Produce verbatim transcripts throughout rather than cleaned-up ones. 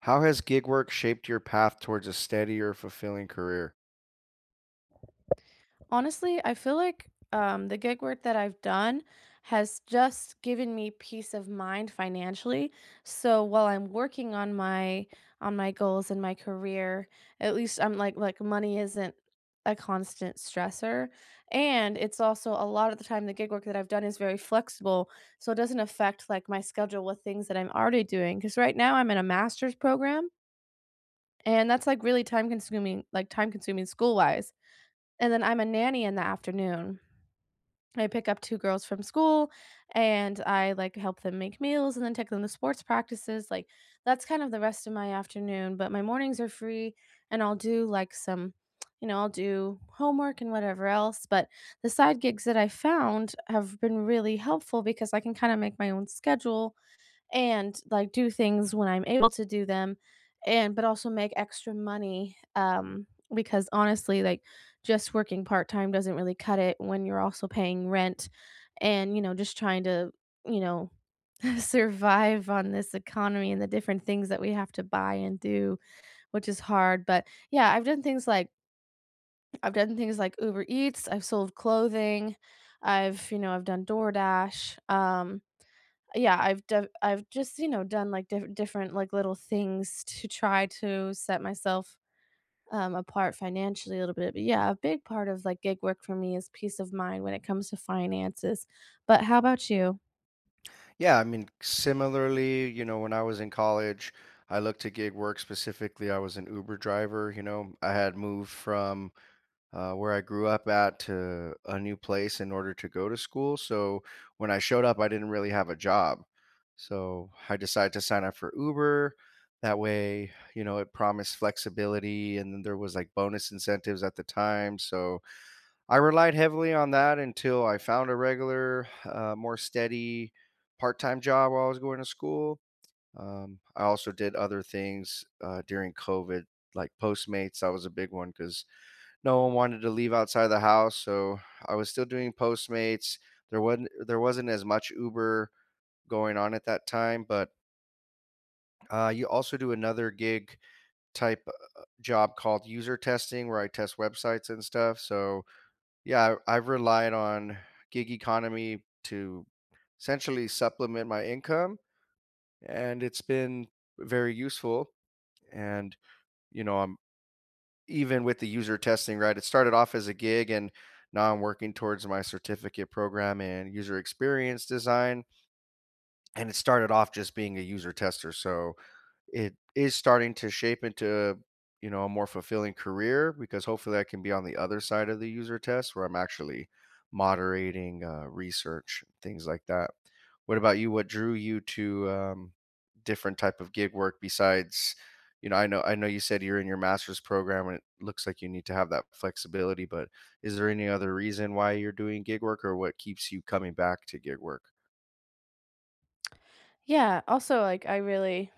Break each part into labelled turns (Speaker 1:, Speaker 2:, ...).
Speaker 1: How has gig work shaped your path towards a steadier, fulfilling career?
Speaker 2: Honestly, I feel like um, the gig work that I've done has just given me peace of mind financially. So while I'm working on my on my goals and my career, at least I'm like like money isn't a constant stressor. And it's also a lot of the time the gig work that I've done is very flexible, so it doesn't affect like my schedule with things that I'm already doing. Because right now I'm in a master's program, and that's like really time consuming, like time consuming school wise. And then I'm a nanny in the afternoon. I pick up two girls from school, and I, like, help them make meals and then take them to sports practices, like, that's kind of the rest of my afternoon, but my mornings are free, and I'll do, like, some you know, I'll do homework and whatever else, but the side gigs that I found have been really helpful because I can kinda make my own schedule and like do things when I'm able to do them and but also make extra money um because honestly like just working part-time doesn't really cut it when you're also paying rent and you know just trying to you know survive on this economy and the different things that we have to buy and do, which is hard. But yeah, I've done things like I've done things like Uber Eats. I've sold clothing. I've you know I've done DoorDash. Um yeah, I've def I've just, you know, done, like, diff different, like, little things to try to set myself, um, apart financially a little bit, but yeah, a big part of, like, gig work for me is peace of mind when it comes to finances, but how about you?
Speaker 1: Yeah, I mean, similarly, you know, when I was in college, I looked at gig work specifically. I was an Uber driver. You know, I had moved from uh, where I grew up at to a new place in order to go to school. So when I showed up, I didn't really have a job. So I decided to sign up for Uber. That way, you know, it promised flexibility and then there was like bonus incentives at the time. So I relied heavily on that until I found a regular, uh, more steady part-time job while I was going to school. Um, I also did other things uh, during COVID, like Postmates. That was a big one because no one wanted to leave outside the house, so I was still doing Postmates. There wasn't there wasn't as much Uber going on at that time, but uh, you also do another gig type uh, job called user testing, where I test websites and stuff. So yeah, I- I've relied on gig economy to essentially supplement my income, and it's been very useful. And, you know, I'm even with the user testing, right? It started off as a gig, and now I'm working towards my certificate program in user experience design. And it started off just being a user tester. So it is starting to shape into, you know, a more fulfilling career because hopefully I can be on the other side of the user test where I'm actually moderating uh, research, things like that. What about you? What drew you to um, different type of gig work besides, you know, I know I know you said you're in your master's program and it looks like you need to have that flexibility, but is there any other reason why you're doing gig work or what keeps you coming back to gig work?
Speaker 2: Yeah, also, like, I really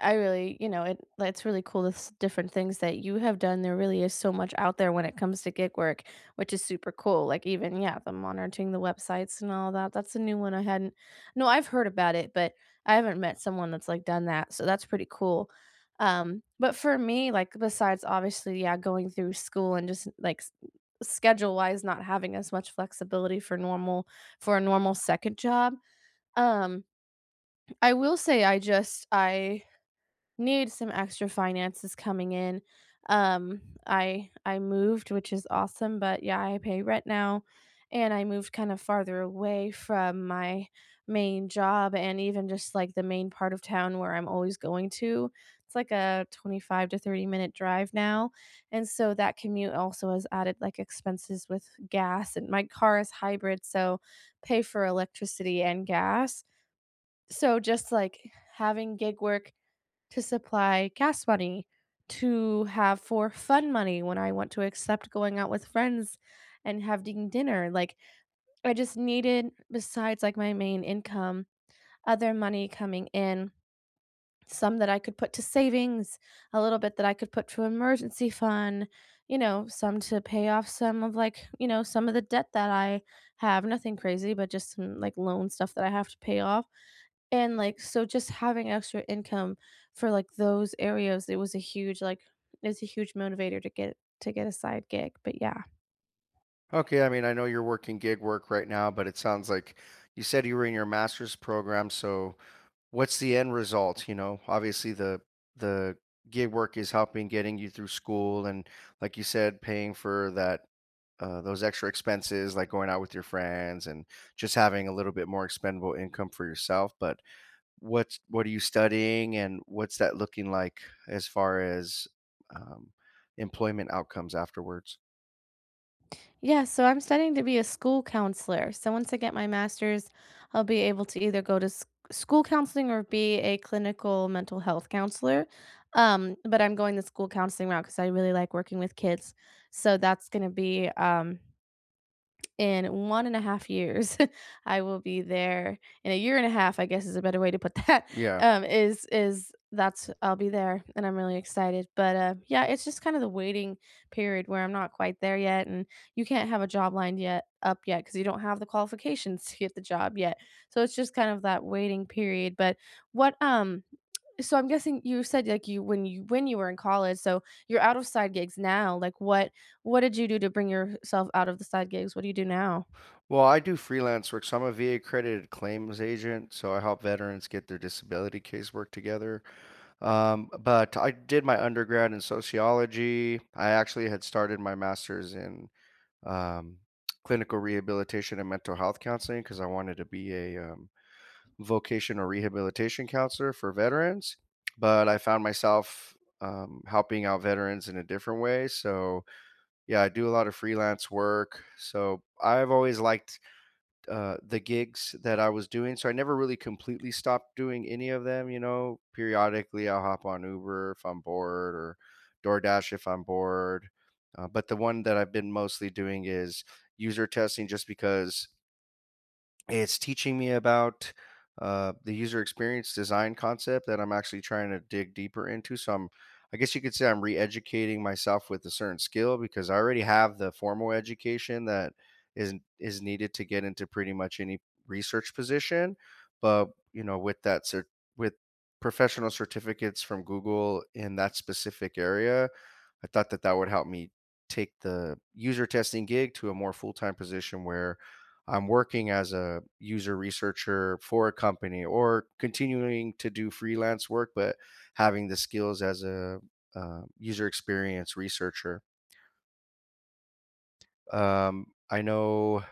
Speaker 2: I really, you know, it it's really cool this different things that you have done. There really is so much out there when it comes to gig work, which is super cool, like, even, yeah, the monitoring the websites and all that, that's a new one I hadn't. No, I've heard about it, but I haven't met someone that's, like, done that, so that's pretty cool, um, but for me, like, besides obviously, yeah, going through school and just, like, schedule-wise not having as much flexibility for normal for a normal second job, um I will say I just I need some extra finances coming in. Um, I I moved, which is awesome, but yeah, I pay rent now, and I moved kind of farther away from my main job and even just like the main part of town where I'm always going to. It's like a twenty-five to thirty minute drive now. And so that commute also has added like expenses with gas, and my car is hybrid, so pay for electricity and gas, so just like having gig work to supply gas money, to have for fun money when I want to accept going out with friends and having dinner. Like, I just needed, besides like my main income, other money coming in, some that I could put to savings, a little bit that I could put to emergency fund, you know, some to pay off some of like, you know, some of the debt that I have. Nothing crazy, but just some like loan stuff that I have to pay off. And, like, so just having extra income for, like, those areas, it was a huge, like, it's a huge motivator to get to get a side gig, but yeah.
Speaker 1: Okay, I mean, I know you're working gig work right now, but it sounds like you said you were in your master's program, so what's the end result, you know? Obviously the the gig work is helping getting you through school and like you said, paying for that uh, those extra expenses like going out with your friends and just having a little bit more expendable income for yourself, but what's what are you studying and what's that looking like as far as um, employment outcomes afterwards?
Speaker 2: Yeah, so I'm studying to be a school counselor. So once I get my master's, I'll be able to either go to s school counseling or be a clinical mental health counselor. Um, but I'm going the school counseling route because I really like working with kids. So that's gonna be, um in one and a half years, I will be there in a year and a half, I guess, is a better way to put that.
Speaker 1: Yeah.
Speaker 2: um, is is that's I'll be there, and I'm really excited, but, uh, yeah, it's just kind of the waiting period where I'm not quite there yet, and you can't have a job lined yet up yet because you don't have the qualifications to get the job yet, so it's just kind of that waiting period, but what, um so I'm guessing you said like you when you when you were in college, so you're out of side gigs now. Like, what what did you do to bring yourself out of the side gigs? What do you do now?
Speaker 1: Well, I do freelance work. So I'm a V A accredited claims agent. So I help veterans get their disability casework together. Um, but I did my undergrad in sociology. I actually had started my master's in um, clinical rehabilitation and mental health counseling because I wanted to be a um, vocational rehabilitation counselor for veterans. But I found myself um, helping out veterans in a different way. So yeah, I do a lot of freelance work. So I've always liked uh, the gigs that I was doing. So I never really completely stopped doing any of them. You know, periodically I'll hop on Uber if I'm bored or DoorDash if I'm bored. Uh, but the one that I've been mostly doing is user testing just because it's teaching me about, uh, the user experience design concept that I'm actually trying to dig deeper into. So I'm I guess you could say I'm re-educating myself with a certain skill because I already have the formal education that is is needed to get into pretty much any research position. But you know, with that cert- with professional certificates from Google in that specific area, I thought that that would help me take the user testing gig to a more full-time position where I'm working as a user researcher for a company or continuing to do freelance work, but having the skills as a uh, user experience researcher. Um, I know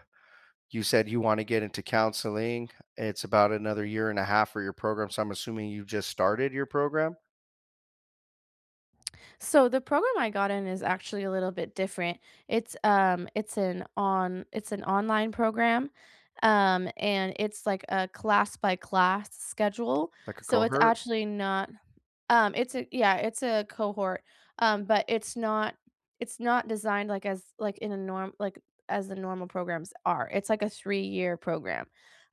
Speaker 1: you said you want to get into counseling. It's about another year and a half for your program. So I'm assuming you just started your program.
Speaker 2: So the program I got in is actually a little bit different. It's um it's an on it's an online program, um, and it's like a class by class schedule.
Speaker 1: Like a
Speaker 2: So it's
Speaker 1: cohort.
Speaker 2: actually not um, it's a yeah, it's a cohort, um, but it's not it's not designed like as like in a norm like as the normal programs are. It's like a three-year program.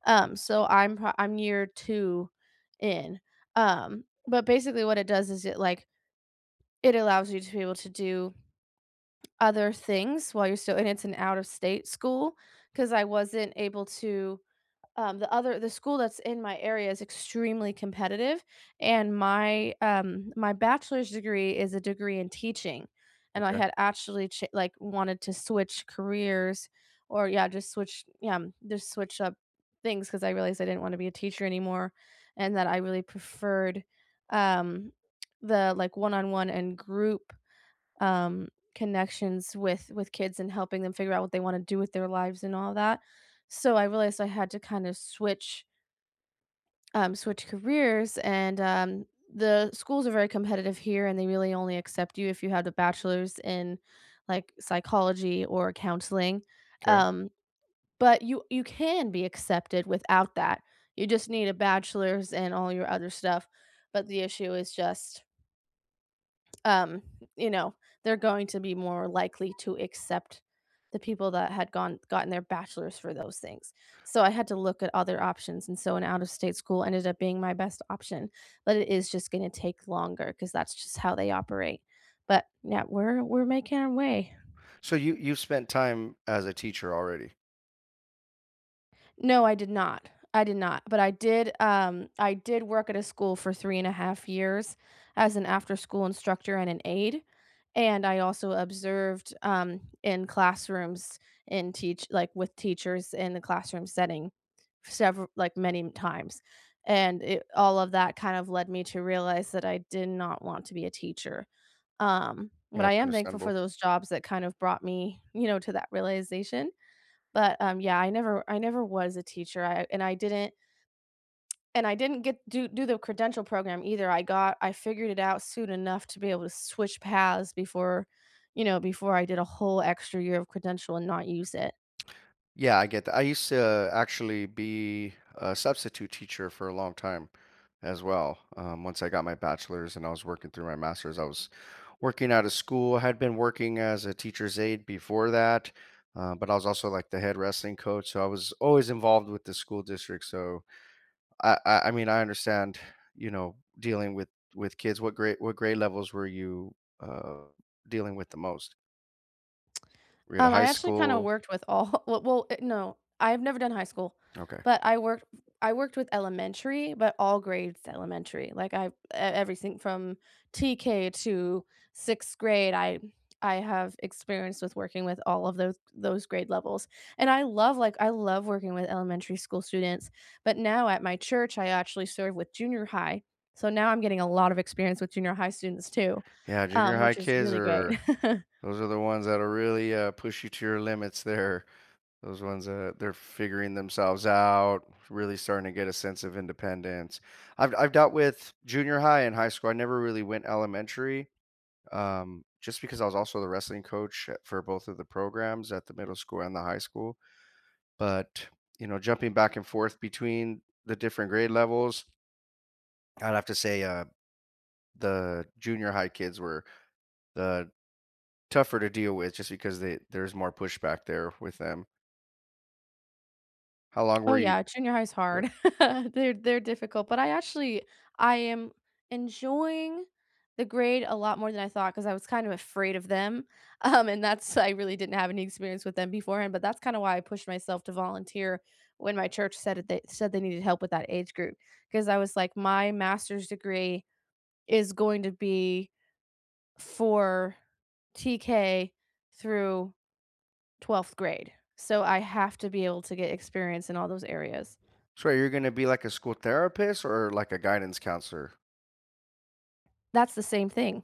Speaker 2: Um, so I'm pro- I'm year two in. Um, but basically what it does is it like it allows you to be able to do other things while you're still, and it's an out of state school because I wasn't able to, um, the other the school that's in my area is extremely competitive, and my um my bachelor's degree is a degree in teaching, and I
Speaker 1: Okay.
Speaker 2: had actually ch- like wanted to switch careers or yeah just switch, yeah, um, just switch up things because I realized I didn't want to be a teacher anymore, and that I really preferred, um, the like one-on-one and group, um, connections with with kids and helping them figure out what they want to do with their lives and all that. So I realized I had to kind of switch um, switch careers, and um, the schools are very competitive here, and they really only accept you if you have a bachelor's in like psychology or counseling.
Speaker 1: Okay.
Speaker 2: Um, but you you can be accepted without that. You just need a bachelor's and all your other stuff. But the issue is just, um, you know, they're going to be more likely to accept the people that had gone gotten their bachelor's for those things. So I had to look at other options, and so an out-of-state school ended up being my best option, but it is just gonna take longer because that's just how they operate. But yeah, we're we're making our way.
Speaker 1: So you you've spent time as a teacher already.
Speaker 2: No, I did not. I did not, but I did, um, I did work at a school for three and a half years as an after-school instructor and an aide, and I also observed, um, in classrooms in teach like, with teachers in the classroom setting several like, many times, and it all of that kind of led me to realize that I did not want to be a teacher, um, but
Speaker 1: Yeah,
Speaker 2: I
Speaker 1: it's
Speaker 2: am thankful for
Speaker 1: understandable.
Speaker 2: those jobs that kind of brought me, you know, to that realization. But, um, yeah, I never I never was a teacher, I and I didn't and I didn't get do do the credential program either. I got I figured it out soon enough to be able to switch paths before, you know, before I did a whole extra year of credential and not use it.
Speaker 1: Yeah, I get that. I used to actually be a substitute teacher for a long time as well. Um, once I got my bachelor's and I was working through my master's, I was working out of school. I had been working as a teacher's aide before that, uh, but I was also like the head wrestling coach, so I was always involved with the school district, so I, I I mean, I understand, you know, dealing with with kids. What grade what grade levels were you uh dealing with the most? Were you at a
Speaker 2: Um, I
Speaker 1: high
Speaker 2: actually kinda
Speaker 1: school?
Speaker 2: worked with all. Well well, eh, no, I've never done high school,
Speaker 1: Okay.
Speaker 2: but I worked I worked with elementary, but all grades elementary, like, I e everything from T K to sixth grade. I I have experience with working with all of those those grade levels, and I love, like, I love working with elementary school students, but now at my church, I actually serve with junior high, so now I'm getting a lot of experience with junior high students too,
Speaker 1: Yeah, junior
Speaker 2: um,
Speaker 1: high
Speaker 2: which is
Speaker 1: kids
Speaker 2: really great.
Speaker 1: are those are the ones that'll really uh, push you to your limits there. Those ones that they're figuring themselves out, really starting to get a sense of independence. I've I've dealt with junior high and high school. I never really went elementary. Um, just because I was also the wrestling coach at- for both of the programs at the middle school and the high school. But, you know, jumping back and forth between the different grade levels, I'd have to say, uh, the junior high kids were the tougher to deal with just because they there's more pushback there with them. How long
Speaker 2: Oh,
Speaker 1: were you
Speaker 2: yeah, junior high's
Speaker 1: but
Speaker 2: hard. They're they're difficult, but I actually I am enjoying the grade a lot more than I thought because I was kind of afraid of them, um, and that's I really didn't have any experience with them beforehand, but that's kinda why I pushed myself to volunteer when my church said it they said they needed help with that age group because I was like, "My master's degree is going to be for T K through twelfth grade, so I have to be able to get experience in all those areas."
Speaker 1: so you're gonna be like a school therapist or like a guidance counselor?
Speaker 2: That's the same thing.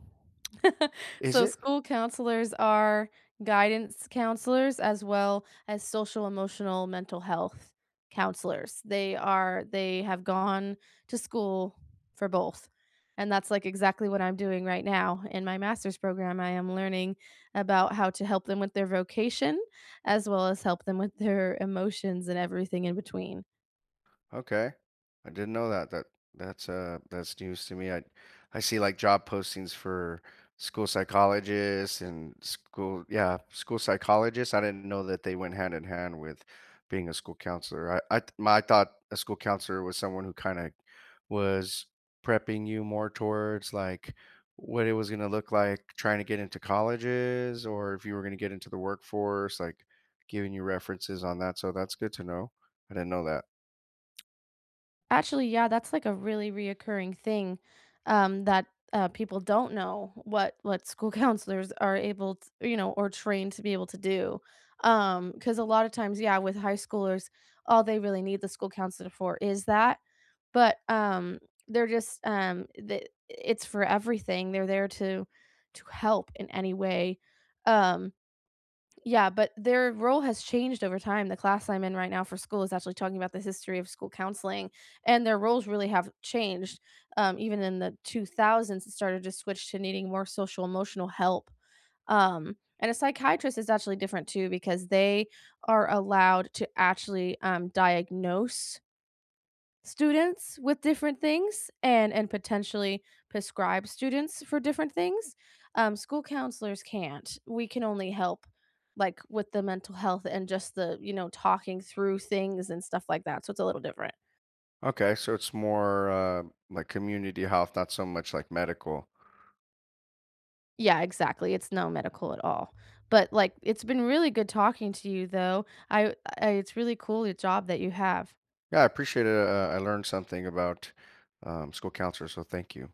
Speaker 1: Is
Speaker 2: So,
Speaker 1: it?
Speaker 2: school counselors are guidance counselors as well as social, emotional, mental health counselors. They are they have gone to school for both, and that's, like, exactly what I'm doing right now. In my master's program, I am learning about how to help them with their vocation as well as help them with their emotions and everything in between.
Speaker 1: Okay. I didn't know that. That that's uh that's news to me. I I see like job postings for school psychologists and school yeah, school psychologists. I didn't know that they went hand in hand with being a school counselor. I I th- my, I thought a school counselor was someone who kind of was prepping you more towards like what it was going to look like trying to get into colleges or if you were going to get into the workforce, like giving you references on that. So that's good to know. I didn't know that.
Speaker 2: Actually, yeah, that's like a really reoccurring thing, um, that, uh, people don't know what what school counselors are able to, you know, or trained to be able to do. Um, because a lot of times, yeah, with high schoolers, all they really need the school counselor for is that. But um, they're just um, the, it's for everything. They're there to to help in any way. Um, yeah, but their role has changed over time. The class I'm in right now for school is actually talking about the history of school counseling, and their roles really have changed. Um, even in the two thousands, it started to switch to needing more social emotional help. Um, and a psychiatrist is actually different too because they are allowed to actually, um, diagnose students with different things, and and potentially prescribe students for different things. Um, school counselors can't. We can only help like with the mental health and just the, you know, talking through things and stuff like that, so it's a little different.
Speaker 1: Okay, so it's more uh, like community health, not so much like medical.
Speaker 2: Yeah, exactly, it's no medical at all. But like, it's been really good talking to you though. I, I it's really cool the job that you have.
Speaker 1: Yeah, I appreciate it. Uh, I learned something about um, school counselors, so thank you.